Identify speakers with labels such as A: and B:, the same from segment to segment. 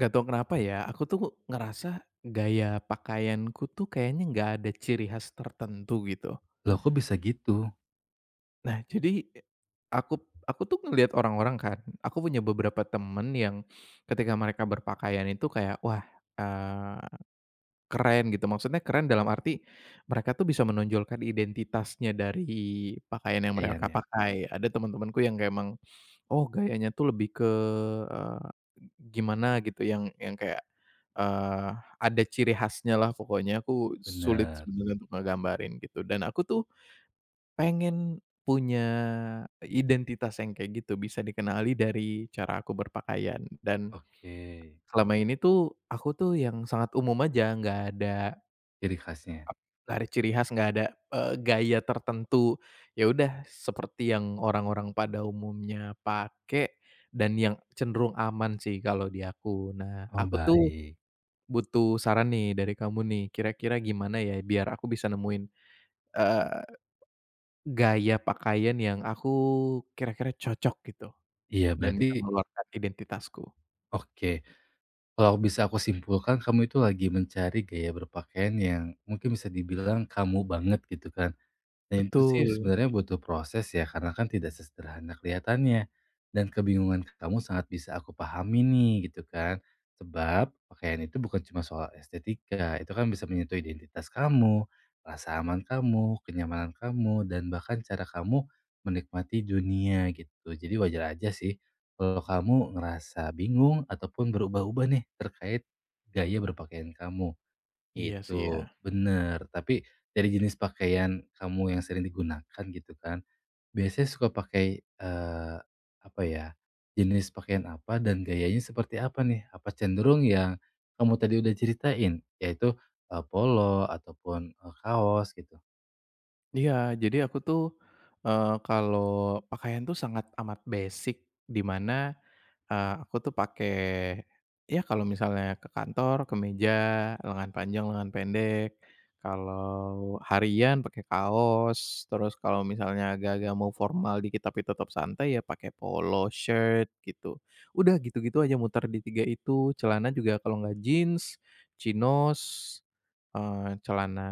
A: Gak tahu kenapa ya, aku tuh ngerasa gaya pakaianku tuh kayaknya nggak ada ciri khas tertentu gitu.
B: Loh kok bisa gitu
A: Nah, jadi aku aku tuh ngelihat orang-orang kan, aku punya beberapa temen yang ketika mereka berpakaian itu kayak, wah, eee, keren gitu. Maksudnya keren dalam arti mereka tuh bisa menonjolkan identitasnya dari pakaian yang mereka
B: kayaknya?
A: pakai. Ada teman-temanku yang kayak emang. Oh, gayanya tuh lebih ke, eee, gimana gitu yang kayak, eee, ada ciri khasnya lah pokoknya aku sulit
B: Bener.
A: sebenarnya untuk ngegambarin gitu dan aku tuh pengen punya identitas yang kayak gitu, bisa dikenali dari cara aku berpakaian dan
B: Oke.
A: selama ini tuh aku tuh yang sangat umum aja, nggak ada.
B: Ciri khasnya.
A: Nggak ada ciri khas, nggak ada, gaya tertentu. Ya udah seperti yang orang-orang pada umumnya pakai dan yang cenderung aman sih kalau di aku. Nah,
B: Oh
A: aku tuh
B: baik.
A: butuh saran nih dari kamu nih, kira-kira gimana ya biar aku bisa nemuin, eee, gaya pakaian yang aku kira-kira cocok gitu
B: Iya
A: dan
B: berarti
A: bisa mengeluarkan identitasku.
B: oke, kalau bisa aku simpulkan kamu itu lagi mencari gaya berpakaian yang mungkin bisa dibilang kamu banget gitu kan. Nah, itu sih
A: Betul,
B: sebenarnya butuh proses ya, karena kan tidak sesederhana kelihatannya. Dan kebingungan kamu sangat bisa aku pahami nih, gitu kan. Sebab pakaian itu bukan cuma soal estetika, itu kan bisa menyentuh identitas kamu, rasa aman kamu, kenyamanan kamu, dan bahkan cara kamu menikmati dunia gitu. Jadi wajar aja sih kalau kamu ngerasa bingung ataupun berubah-ubah nih terkait gaya berpakaian kamu.
A: iya sih ya.
B: Gitu, bener. Tapi dari jenis pakaian kamu yang sering digunakan gitu kan, biasanya suka pakai, apa ya, jenis pakaian apa dan gayanya seperti apa nih? Apa cenderung yang kamu tadi udah ceritain, yaitu, polo ataupun, kaos gitu?
A: Iya, jadi aku tuh, kalau pakaian tuh sangat amat basic, di mana, aku tuh pakai ya kalau misalnya ke kantor kemeja, lengan panjang, lengan pendek, kalau harian pakai kaos, terus kalau misalnya agak-agak mau formal dikit tapi tetap santai ya pakai polo shirt gitu. Udah gitu-gitu aja muter di 3 itu, celana juga kalau nggak jeans, chinos, celana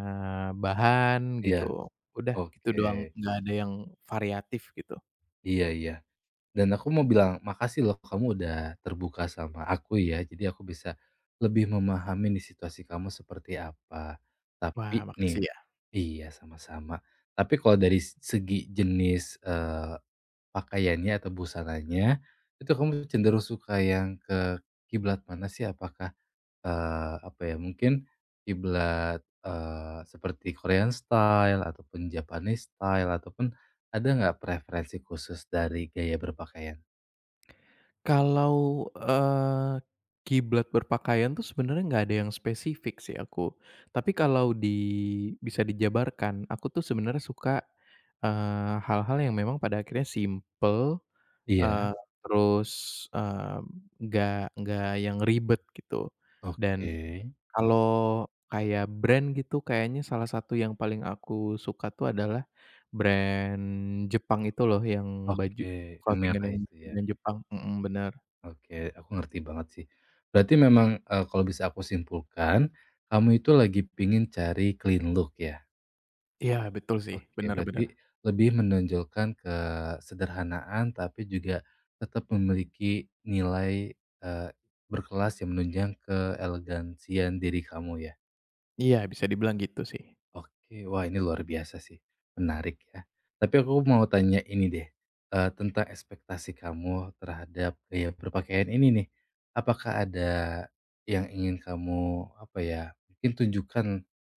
A: bahan
B: Iya,
A: gitu. Udah gitu
B: oke.
A: doang, nggak ada yang variatif gitu.
B: Iya iya. Dan aku mau bilang, "Makasih loh kamu udah terbuka sama aku ya, jadi aku bisa lebih memahami nih situasi kamu seperti apa."
A: Wah,
B: Tapi
A: makasih
B: nih
A: ya.
B: iya, sama-sama. Tapi kalau dari segi jenis, pakaiannya atau busananya, itu kamu cenderung suka yang ke kiblat mana sih? Apakah, apa ya, mungkin kiblat, seperti Korean style ataupun Japanese style ataupun ada nggak preferensi khusus dari gaya berpakaian?
A: Kalau, kiblat berpakaian tuh sebenarnya nggak ada yang spesifik sih aku. Tapi kalau di bisa dijabarkan, aku tuh sebenarnya suka, hal-hal yang memang pada akhirnya simple,
B: Iya,
A: eee, terus, eee, nggak yang ribet gitu dan
B: oke
A: kalau kayak brand gitu kayaknya salah satu yang paling aku suka tuh adalah brand Jepang itu loh yang baju
B: oke, yang
A: clothingan
B: merah
A: yang
B: itu ya,
A: brand Jepang, mhm, bener.
B: oke aku ngerti banget sih. Berarti memang, kalau bisa aku simpulkan, kamu itu lagi pingin cari clean look ya?
A: Iya betul sih,
B: Oke,
A: bener
B: berarti
A: bener.
B: lebih menonjolkan kesederhanaan tapi juga tetap memiliki nilai, eee, berkelas yang menunjang keelegansian diri kamu ya?
A: Iya bisa dibilang gitu sih.
B: Oke, wah ini luar biasa sih, menarik ya. Tapi aku mau tanya ini deh, tentang ekspektasi kamu terhadap gaya berpakaian ini nih. Apakah ada yang ingin kamu, apa ya, mungkin tunjukkan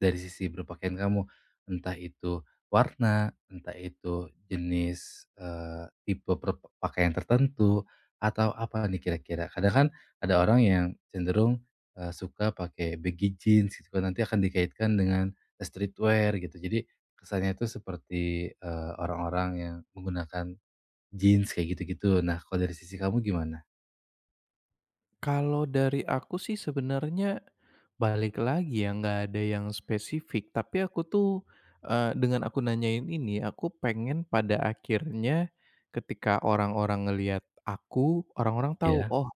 B: dari sisi berpakaian kamu? Entah itu warna, entah itu jenis, tipe berpakaian tertentu, atau apa nih kira-kira? Kadang kan ada orang yang cenderung, suka pakai baggy jeans gitu kan, nanti akan dikaitkan dengan streetwear gitu. Jadi kesannya itu seperti, orang-orang yang menggunakan jeans kayak gitu-gitu. Nah, kalau dari sisi kamu gimana?
A: Kalau dari aku sih sebenarnya balik lagi ya nggak ada yang spesifik, tapi aku tuh, dengan aku nanyain ini aku pengen pada akhirnya ketika orang-orang ngelihat aku, orang-orang tahu,
B: Iya?
A: "Oh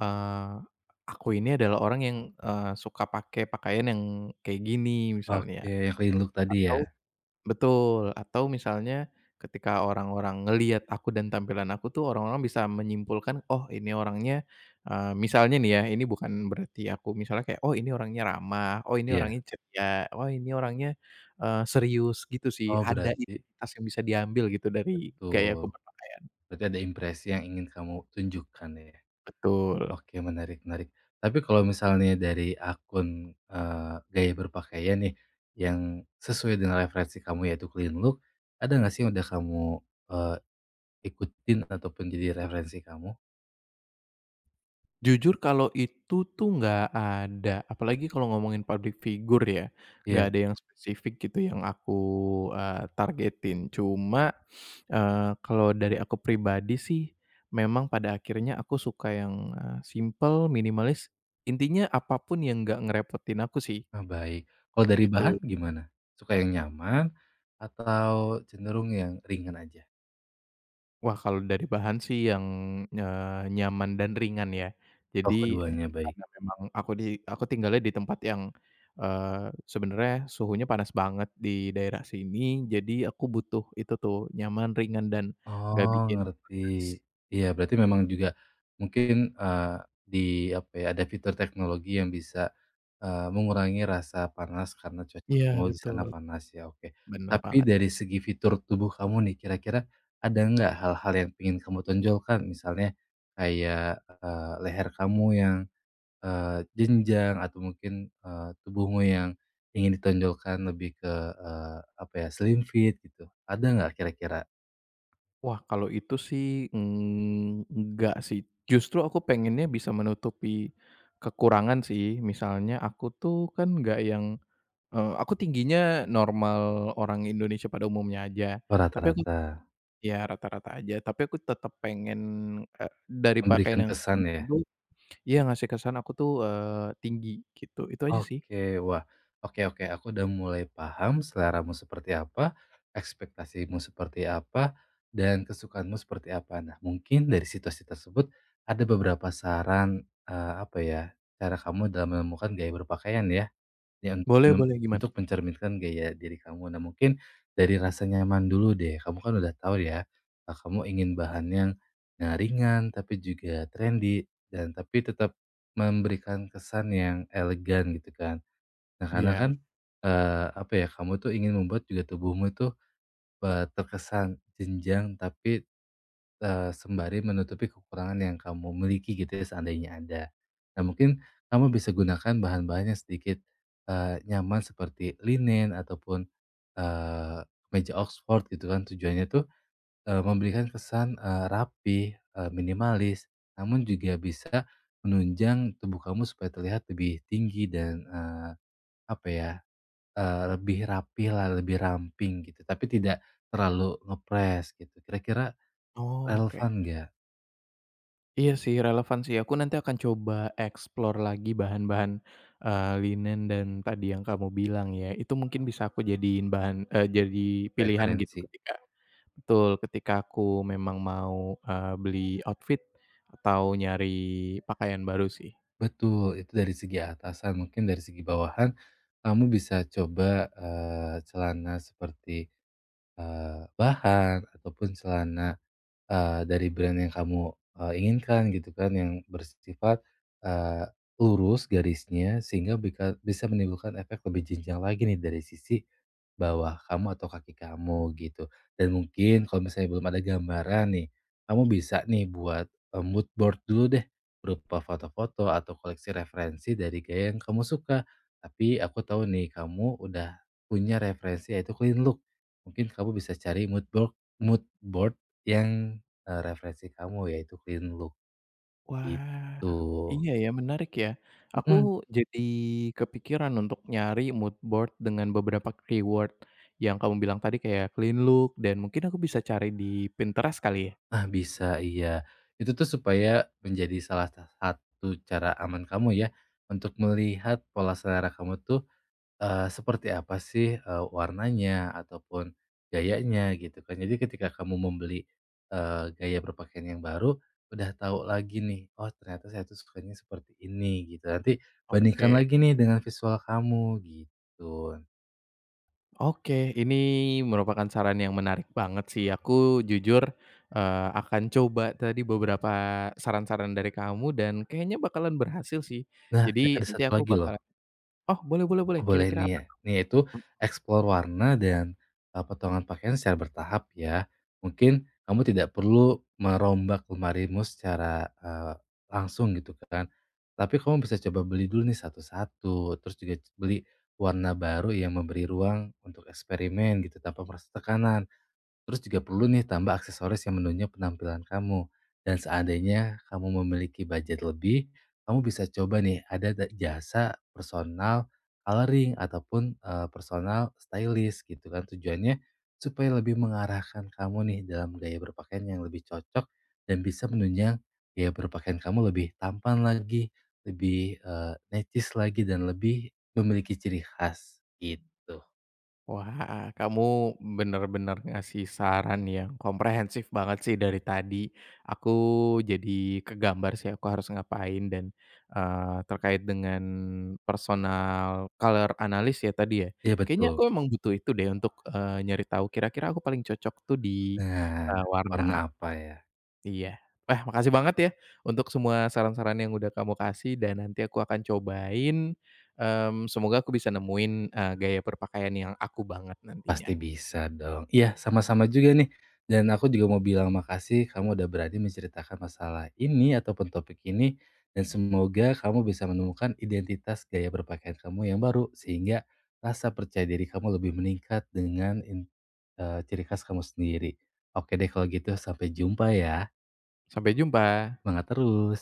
A: Eee, aku ini adalah orang yang, suka pakai pakaian yang kayak gini
B: Oke,
A: misalnya"
B: yang clean look tadi
A: atau
B: ya?
A: betul, atau misalnya ketika orang-orang ngelihat aku dan tampilan aku tuh orang-orang bisa menyimpulkan, "Oh ini orangnya" misalnya nih ya, ini bukan berarti aku misalnya kayak, "Oh ini orangnya ramah, oh ini
B: Iya.
A: orangnya ceria, oh ini orangnya, serius," gitu sih.
B: Oh,
A: Ada
B: berarti
A: identitas yang bisa diambil gitu dari gaya aku
B: betul.
A: berpakaian.
B: Berarti ada impresi yang ingin kamu tunjukkan ya?
A: Betul.
B: Oke, menarik menarik. Tapi kalau misalnya dari akun, gaya berpakaian nih, yang sesuai dengan referensi kamu yaitu clean look, ada nggak sih yang udah kamu, eee, ikutin ataupun jadi referensi kamu?
A: Jujur kalau itu tuh nggak ada, apalagi kalau ngomongin public figure ya,
B: Iya.
A: nggak ada yang spesifik gitu yang aku, targetin. Cuma, kalau dari aku pribadi sih, memang pada akhirnya aku suka yang, simpel, minimalis, intinya apa pun yang nggak ngerepotin aku sih,
B: Ah, baik. Kalau dari bahan
A: gitu.
B: gimana? Suka yang nyaman atau cenderung yang ringan aja?
A: Wah, kalau dari bahan sih yang, nyaman dan ringan ya.
B: Oh,
A: Jadi,
B: keduanya baik.
A: karena memang aku di aku tinggalnya di tempat yang, sebenarnya suhunya panas banget di daerah sini, jadi aku butuh itu tuh, nyaman, ringan, dan nggak
B: Oh,
A: bikin
B: ngerti.
A: panas.
B: Iya, berarti memang juga mungkin, di apa ya, ada fitur teknologi yang bisa, mengurangi rasa panas karena cuaca
A: Iya,
B: kamu di sana
A: betul,
B: panas ya, oke.
A: bener
B: Tapi
A: banget.
B: dari segi fitur tubuh kamu nih, kira-kira ada nggak hal-hal yang ingin kamu tonjolkan? Misalnya kayak, leher kamu yang jenjang atau mungkin, tubuhmu yang ingin ditonjolkan lebih ke, apa ya, slim fit gitu, ada nggak kira-kira?
A: Wah, kalau itu sih, enggak sih, justru aku pengennya bisa menutupi kekurangan sih. Misalnya aku tuh kan nggak yang aku tingginya normal orang Indonesia pada umumnya aja,
B: Oh
A: tapi aku
B: rata-rata,
A: ya rata-rata aja, tapi aku tetap pengen, eee, dari pakaian
B: memberikan
A: yang aku
B: kesan
A: gunakan
B: ya?
A: tuh iya ngasih kesan aku tuh, tinggi gitu, itu aja sih.
B: Oke, wah, oke oke, aku udah mulai paham seleramu seperti apa, ekspektasimu seperti apa, dan kesukaanmu seperti apa. Nah mungkin dari situasi tersebut ada beberapa saran, apa ya, cara kamu dalam menemukan gaya berpakaian ya. Ya,
A: Boleh boleh gimana?
B: untuk mencerminkan gaya diri kamu. Nah, mungkin dari rasa nyaman dulu deh. Kamu kan udah tahu ya, kamu ingin bahan yang, ringan tapi juga trendy dan tapi tetap memberikan kesan yang elegan gitu kan. Nah, karena kan,
A: Iya.
B: apa ya, kamu tuh ingin membuat juga tubuhmu itu, terkesan jenjang tapi sembari menutupi kekurangan yang kamu miliki gitu ya seandainya ada. Nah mungkin kamu bisa gunakan bahan-bahan yang sedikit, nyaman seperti linen ataupun, eee, kemeja oxford gitu kan tujuannya tuh, memberikan kesan, rapi, minimalis, namun juga bisa menunjang tubuh kamu supaya terlihat lebih tinggi dan, apa ya, lebih rapi lah, lebih ramping gitu, tapi tidak terlalu ngepres gitu. Kira-kira
A: Oh oke.
B: relevan nggak?
A: Iya sih relevan sih, aku nanti akan coba explore lagi bahan-bahan, linen dan tadi yang kamu bilang ya, itu mungkin bisa aku jadiin bahan jadi pilihan gitu
B: Referensi,
A: ketika betul, ketika aku memang mau, beli outfit atau nyari pakaian baru sih.
B: betul itu dari segi atasan mungkin dari segi bawahan, kamu bisa coba, celana seperti, bahan ataupun celana dari brand yang kamu, inginkan gitu kan yang bersifat, eee, lurus garisnya sehingga bisa menimbulkan efek lebih jenjang lagi nih dari sisi bawah kamu atau kaki kamu gitu. Dan mungkin kalau misalnya belum ada gambaran nih, kamu bisa nih buat, mood board dulu deh berupa foto-foto atau koleksi referensi dari gaya yang kamu suka. Tapi aku tahu nih kamu udah punya referensi yaitu clean look. Mungkin kamu bisa cari mood board yang referensi kamu yaitu clean look
A: Wah,
B: gitu.
A: iya ya, menarik ya. Aku
B: Mhm,
A: jadi kepikiran untuk nyari mood board dengan beberapa keyword yang kamu bilang tadi kayak clean look dan mungkin aku bisa cari di Pinterest kali ya?
B: ah, bisa iya. Itu tuh supaya menjadi salah sa satu cara aman kamu ya untuk melihat pola selera kamu tuh, seperti apa sih, warnanya ataupun gayanya gitu kan. Jadi ketika kamu membeli, gaya berpakaian yang baru, udah tahu lagi nih, "Oh ternyata saya tuh sukanya seperti ini," gitu. Nanti bandingkan
A: Oke.
B: lagi nih dengan visual kamu gitu.
A: Oke, ini merupakan saran yang menarik banget sih. Aku jujur, akan coba tadi beberapa saran-saran dari kamu dan kayaknya bakalan berhasil sih.
B: Nah, ini
A: Jadi
B: ada
A: nanti
B: satu
A: aku
B: lagi loh.
A: bakal oh boleh boleh boleh,
B: Oh boleh
A: kira-kira
B: nih
A: apa.
B: ya. Nih itu explore warna dan, potongan pakaian secara bertahap ya. Mungkin kamu tidak perlu merombak lemarimu secara, langsung gitu kan. Tapi kamu bisa coba beli dulu nih satu-satu, terus juga beli warna baru yang memberi ruang untuk eksperimen gitu tanpa merasa tekanan. Terus juga perlu nih tambah aksesoris yang menunjang penampilan kamu. Dan seandainya kamu memiliki budget lebih, kamu bisa coba nih ada jasa personal coloring ataupun eh, personal stylist gitu kan. Tujuannya supaya lebih mengarahkan kamu nih dalam gaya berpakaian yang lebih cocok dan bisa menunjang gaya berpakaian kamu lebih tampan lagi, lebih eh, necis lagi dan lebih memiliki ciri khas gitu.
A: Wah, kamu bener-bener ngasih saran yang komprehensif banget sih dari tadi. Aku jadi kegambar sih aku harus ngapain dan, terkait dengan personal color analysis ya tadi ya,
B: Iya
A: kayaknya aku
B: betul.
A: emang butuh itu deh untuk, nyari tahu kira-kira aku paling cocok tuh di,
B: Nah,
A: warna
B: warna
A: apa.
B: apa ya?
A: Iya. Eh, makasih banget ya untuk semua saran-saran yang udah kamu kasih dan nanti aku akan cobain, semoga aku bisa nemuin, gaya berpakaian yang aku banget nantinya.
B: Pasti bisa dong. Iya, sama-sama juga nih. Dan aku juga mau bilang makasih kamu udah berani menceritakan masalah ini ataupun topik ini dan semoga kamu bisa menemukan identitas gaya berpakaian kamu yang baru sehingga rasa percaya diri kamu lebih meningkat dengan eh, ciri khas kamu sendiri. Oke deh kalau gitu sampai jumpa ya.
A: Sampai jumpa.
B: Semangat terus.